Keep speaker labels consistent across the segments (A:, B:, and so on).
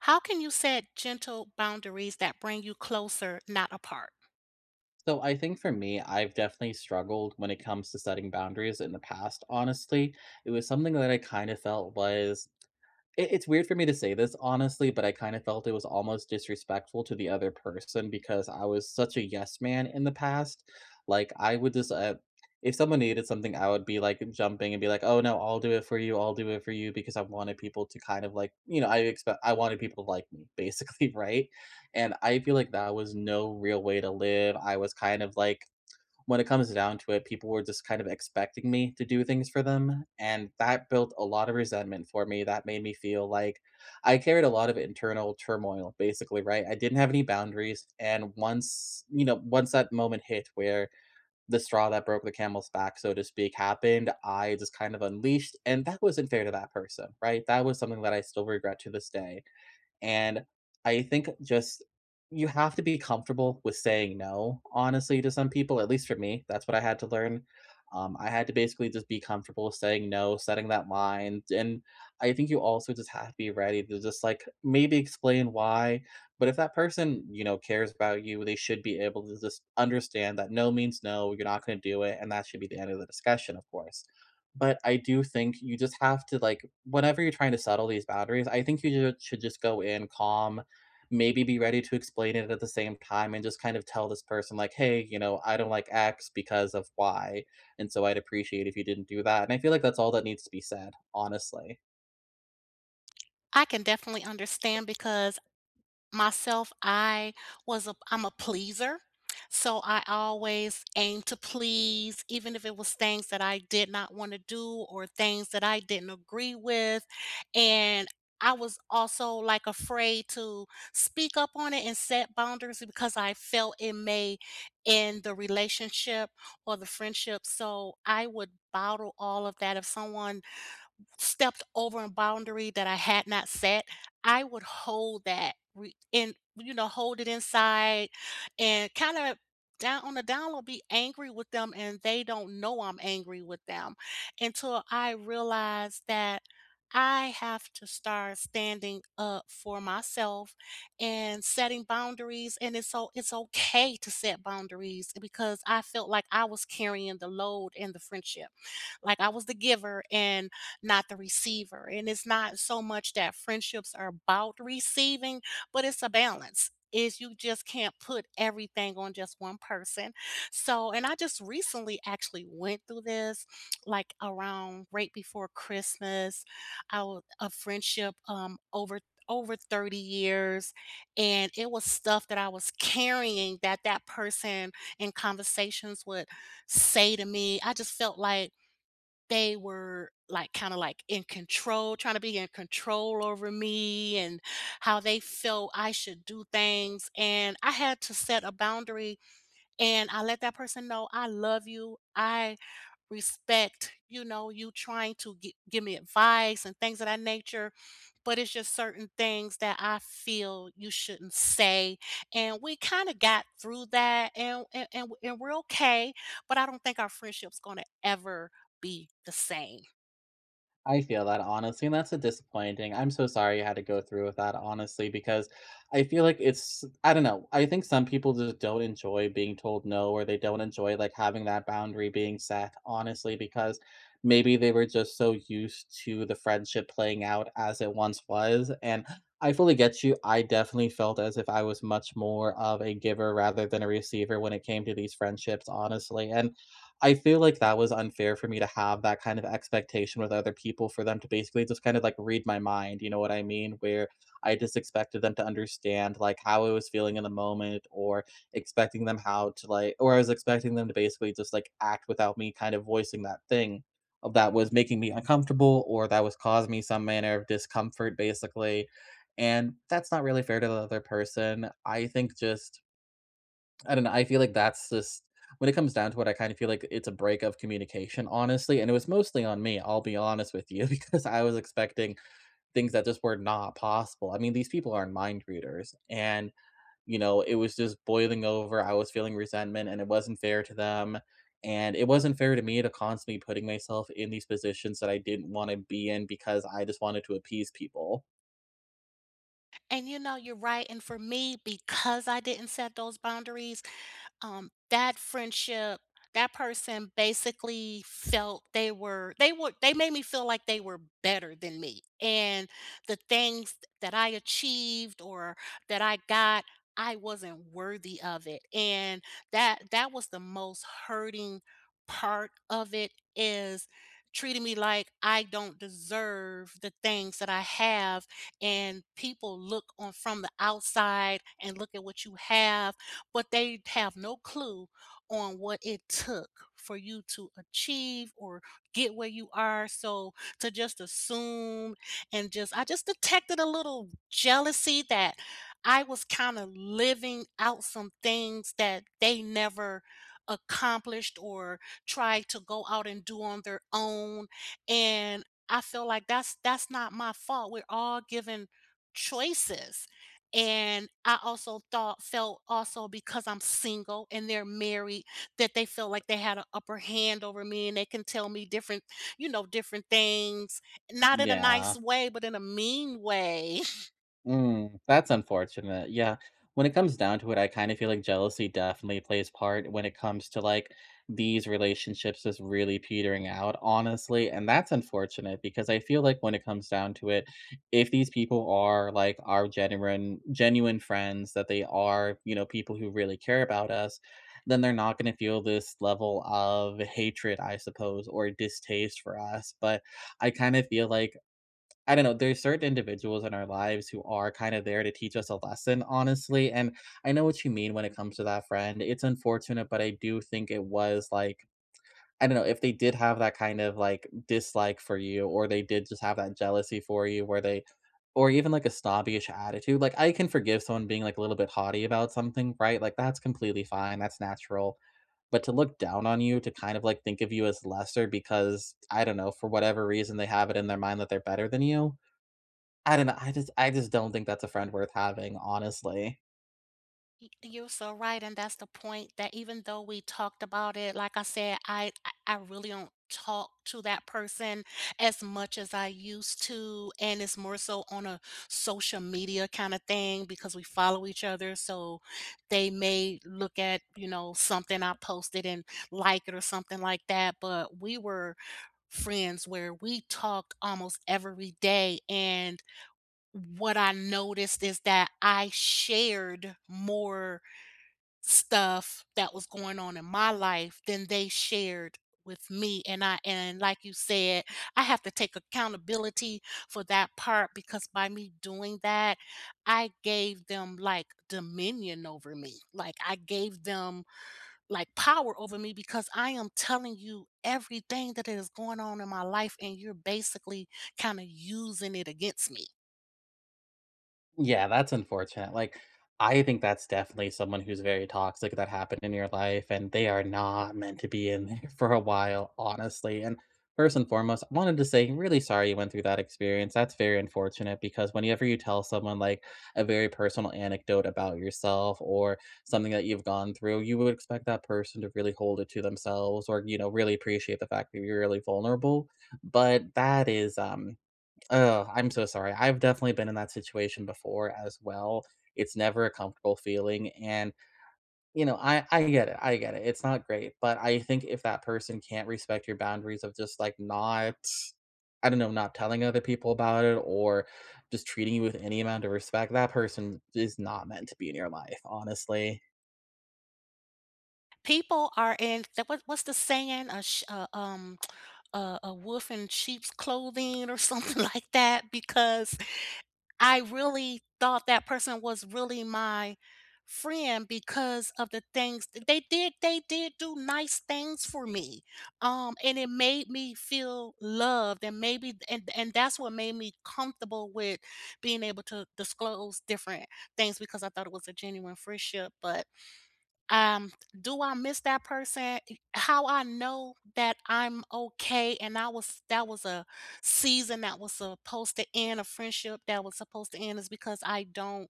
A: How can you set gentle boundaries that bring you closer, not apart?
B: So I think for me, I've definitely struggled when it comes to setting boundaries in the past, honestly. It was something that I kind of felt was it's weird for me to say this, honestly, but I kinda felt it was almost disrespectful to the other person because I was such a yes man in the past. Like, I would just, if someone needed something, I would be, like, jumping and be like, "Oh, no, I'll do it for you, I'll do it for you," because I wanted people to kind of, like, I wanted people to like me, basically, right? And I feel like that was no real way to live. I was kind of, like, when it comes down to it, people were just kind of expecting me to do things for them. And that built a lot of resentment for me. That made me feel like I carried a lot of internal turmoil, basically, right? I didn't have any boundaries. And once, once that moment hit where the straw that broke the camel's back, so to speak, happened, I just kind of unleashed. And that wasn't fair to that person, right? That was something that I still regret to this day. And I think just you have to be comfortable with saying no, honestly, to some people, at least for me. That's what I had to learn. I had to basically just be comfortable with saying no, setting that line. And I think you also just have to be ready to just like maybe explain why. But if that person, cares about you, they should be able to just understand that no means no, you're not going to do it. And that should be the end of the discussion, of course. But I do think you just have to like whenever you're trying to settle these boundaries, I think should just go in calm, maybe be ready to explain it at the same time and just kind of tell this person like, "Hey, I don't like X because of Y, and so I'd appreciate if you didn't do that." And I feel like that's all that needs to be said, honestly.
A: I can definitely understand because myself. I was a I'm a pleaser, so I always aimed to please, even if it was things that I did not wanna do or things that I didn't agree with, and I was also, afraid to speak up on it and set boundaries because I felt it may end the relationship or the friendship, so I would bottle all of that. If someone stepped over a boundary that I had not set, I would hold that re and, hold it inside and kinda down on the down low be angry with them, and they don't know I'm angry with them until I realized that I have to start standing up for myself and setting boundaries, and it's okay to set boundaries because I felt like I was carrying the load in the friendship. Like, I was the giver, and not the receiver. And it's not so much that friendships are about receiving, but it's a balance. Is you just can't put everything on just one person. So, and I just recently actually went through this like around right before Christmas. I was a Friendship over 30 years, and it was stuff that I was carrying that that person, in conversations, would say to me. I just felt like they were like kind of like in control, trying to be in control over me and how they felt I should do things. And I had to set a boundary, and I let that person know, I love you. I respect, you know, you trying to give me advice and things of that nature, but it's just certain things that I feel you shouldn't say. And we kind of got through that, and we're okay, but I don't think our friendship's going to ever be the same.
B: I feel that honestly, and that's a disappointing. I'm so sorry you had to go through with that, honestly, because I feel like it's I don't know. I think some people just don't enjoy being told no, or they don't enjoy like having that boundary being set, honestly, because maybe they were just so used to the friendship playing out as it once was. And I fully get you. I definitely felt as if I was much more of a giver rather than a receiver when it came to these friendships, honestly. And I feel like that was unfair for me to have that kind of expectation with other people for them to basically just kind of like read my mind, you know what I mean? Where I just expected them to understand like how I was feeling in the moment or expecting them how to like, or I was expecting them to basically just like act without me kind of voicing that thing that was making me uncomfortable or that was causing me some manner of discomfort, basically. And that's not really fair to the other person. I think just I don't know. I feel like that's just when it comes down to it, I kind of feel like it's a break of communication, honestly. And it was mostly on me, I'll be honest with you, because I was expecting things that just were not possible. I mean, these people aren't mind readers. And, it was just boiling over. I was feeling resentment and it wasn't fair to them. And it wasn't fair to me to constantly putting myself in these positions that I didn't want to be in because I just wanted to appease people.
A: And you know, you're right. And for me, because I didn't set those boundaries, that friendship, that person basically felt they made me feel like they were better than me. And the things that I achieved or that I got, I wasn't worthy of it. And that was the most hurting part of it, is treating me like I don't deserve the things that I have, and people look on from the outside and look at what you have, but they have no clue on what it took for you to achieve or get where you are. So to just assume, and I just detected a little jealousy that I was kind of living out some things that they never accomplished or tried to go out and do on their own. And I feel like that's not my fault. We're all given choices. And I also thought felt also because I'm single and they're married, that they feel like they had an upper hand over me, and they can tell me different, you know, different things, not in a nice
B: Yeah.
A: way, but in a mean way.
B: Mm, that's unfortunate. Yeah. When it comes down to it, I kind of feel like jealousy definitely plays part when it comes to like these relationships just really petering out, honestly. And that's unfortunate because I feel like when it comes down to it, if these people are like our genuine friends, that they are, people who really care about us, then they're not going to feel this level of hatred, I suppose, or distaste for us. But I kind of feel like I don't know, there's certain individuals in our lives who are kind of there to teach us a lesson, honestly, and I know what you mean when it comes to that friend. It's unfortunate, but I do think it was, like I don't know, if they did have that kind of, like, dislike for you or they did just have that jealousy for you where they or even, like, a snobbish attitude, like, I can forgive someone being, like, a little bit haughty about something, right? Like, that's completely fine, that's natural, but to look down on you, to kind of, like, think of you as lesser because, I don't know, for whatever reason, they have it in their mind that they're better than you, I don't know, I just don't think that's a friend worth having, honestly.
A: You're so right, and that's the point, that even though we talked about it, like I said, I really don't talk to that person as much as I used to, and it's more so on a social media kind of thing because we follow each other, so they may look at, you know, something I posted and like it or something like that, but we were friends where we talked almost every day, and what I noticed is that I shared more stuff that was going on in my life than they shared with me. And like you said, I have to take accountability for that part, because by me doing that, I gave them like dominion over me. Like I gave them like power over me, because I am telling you everything that is going on in my life, and you're basically kind of using it against me.
B: Yeah, that's unfortunate. Like, I think that's definitely someone who's very toxic that happened in your life, and they are not meant to be in there for a while, honestly. And first and foremost, I wanted to say, really sorry you went through that experience. That's very unfortunate because whenever you tell someone like a very personal anecdote about yourself or something that you've gone through, you would expect that person to really hold it to themselves or, really appreciate the fact that you're really vulnerable. But that is, Oh, I'm so sorry. I've definitely been in that situation before as well. It's never a comfortable feeling and, I get it, I get it. It's not great, but I think if that person can't respect your boundaries of just, like, not I don't know, not telling other people about it or just treating you with any amount of respect, that person is not meant to be in your life, honestly.
A: People are in that what, what's the saying, a a wolf in sheep's clothing or something like that, because I really thought that person was really my friend, because of the things they did. They did do nice things for me, and it made me feel loved, and maybe and that's what made me comfortable with being able to disclose different things, because I thought it was a genuine friendship. But um, do I miss that person? E how I know that I'm okay, and I was that was a season that was supposed to end, a friendship that was supposed to end, is because I don't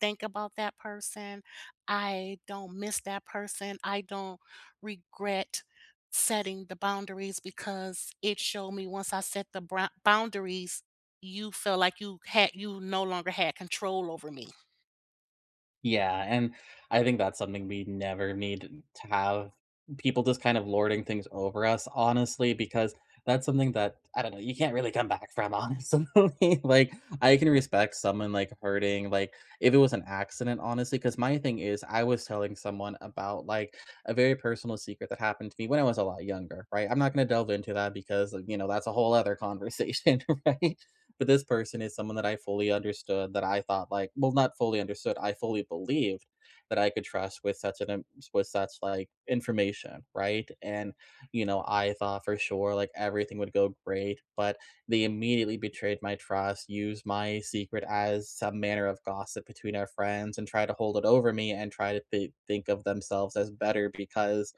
A: think about that person. I don't miss that person. I don't regret setting the boundaries, because it showed me once I set the brou boundaries, you felt like you had you no longer had control over me.
B: Yeah, and I think that's something we never need to have people just kind of lording things over us, honestly, because that's something that I don't know, you can't really come back from, honestly. like, I can respect someone like hurting, like, if it was an accident, honestly, because my thing is, I was telling someone about like a very personal secret that happened to me when I was a lot younger, right? I'm not going to delve into that because, that's a whole other conversation, right? But this person is someone that I fully understood, that I thought like well, not fully understood, I fully believed that I could trust with such an im with such, like, information, right? And, I thought for sure, like, everything would go great, but they immediately betrayed my trust, used my secret as some manner of gossip between our friends, and tried to hold it over me and try to think of themselves as better because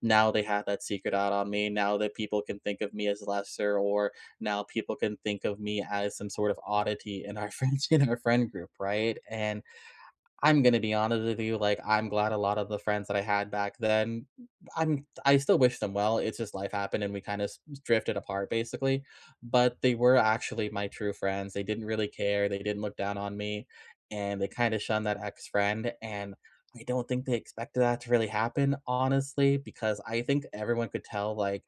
B: now they have that secret out on me. Now that people can think of me as lesser, or now people can think of me as some sort of oddity in our friends in our friend group, right? And I'm gonna be honest with you, like, I'm glad a lot of the friends that I had back then, I still wish them well, it's just life happened and we kinda drifted apart basically, but they were actually my true friends, they didn't really care, they didn't look down on me, and they kinda shunned that ex-friend, and I don't think they expected that to really happen, honestly, because I think everyone could tell, like,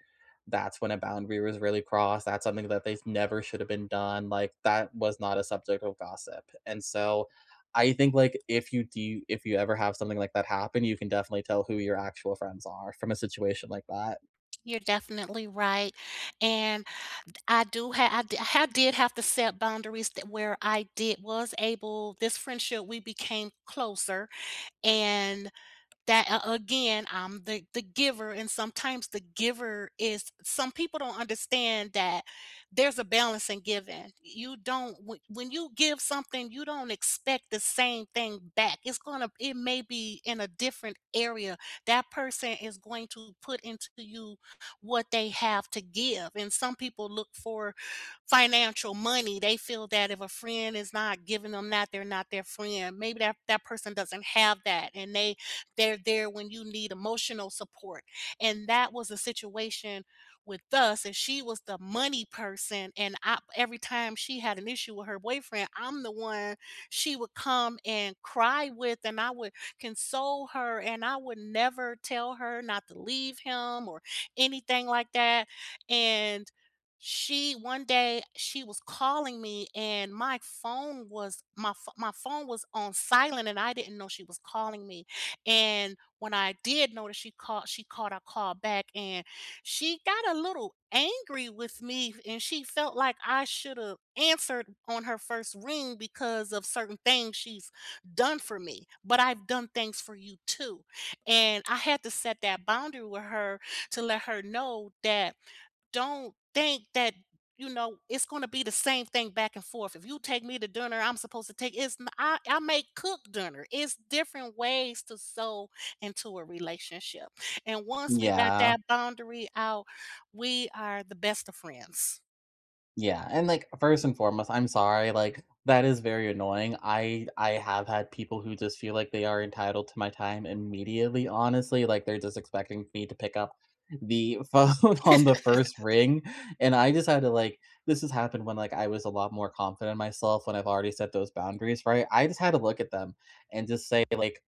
B: that's when a boundary was really crossed, that's something that they never should have been done, like, that was not a subject of gossip, and so, I think like if you ever have something like that happen, you can definitely tell who your actual friends are from a situation like that.
A: You're definitely right, and I do have I d I ha did have to set boundaries that where I did was able this friendship, we became closer, and that again, I'm the giver, and sometimes the giver is some people don't understand that there's a balance in giving. You don't when you give something, you don't expect the same thing back. It's gonna it may be in a different area that person is going to put into you what they have to give. And some people look for financial money. They feel that if a friend is not giving them that, they're not their friend. Maybe that person doesn't have that, and they they're there when you need emotional support. And that was a situation with us. And she was the money person. And I, every time she had an issue with her boyfriend, I'm the one she would come and cry with, and I would console her. And I would never tell her not to leave him or anything like that. And she one day, she was calling me and my phone was on silent, and I didn't know she was calling me. And when I did notice she called, I called back, and she got a little angry with me, and she felt like I should have answered on her first ring because of certain things she's done for me. But I've done things for you too. And I had to set that boundary with her, to let her know that don't think that you know it's going to be the same thing back and forth. If you take me to dinner, I'm supposed to take it's n- I make cook dinner. It's different ways to sow into a relationship. And once we got
B: Yeah.
A: that boundary out, we are the best of friends.
B: Yeah. And like first and foremost, I'm sorry, like that is very annoying. I have had people who just feel like they are entitled to my time immediately, honestly, like they're just expecting me to pick up the phone on the first ring and I just had to like this has happened when like I was a lot more confident in myself when I've already set those boundaries, right? I just had to look at them and just say like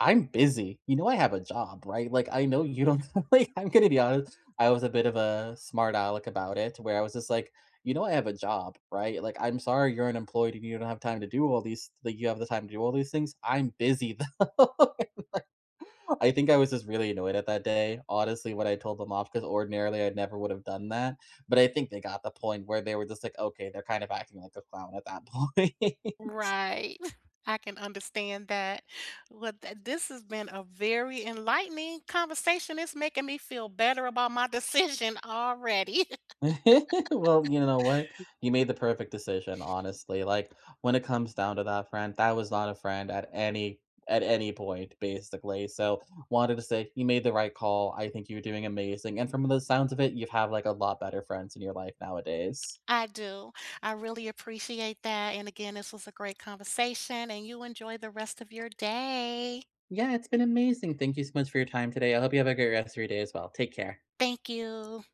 B: I'm busy. You know I have a job, right? Like, I know you don't like, I'm gonna be honest, I was a bit of a smart aleck about it, where I was just like, "You know I have a job, right? Like, I'm sorry you're unemployed and you don't have time to do all these like, you have the time to do all these things. I'm busy, though." I think I was just really annoyed at that day, honestly, when I told them off, because ordinarily I never would have done that, but I think they got the point where they were just like, "Okay, they're kind of acting like a clown at that point."
A: Right. I can understand that. Well, this has been a very enlightening conversation. It's making me feel better about my decision already.
B: Well, you know what? You made the perfect decision, honestly. Like when it comes down to that friend, that was not a friend at any point, basically. So wanted to say you made the right call. I think you're doing amazing. And from the sounds of it, you've had like a lot better friends in your life nowadays.
A: I do. I really appreciate that. And again, this was a great conversation, and you enjoy the rest of your day.
B: Yeah, it's been amazing. Thank you so much for your time today. I hope you have a great rest of your day as well. Take care.
A: Thank you.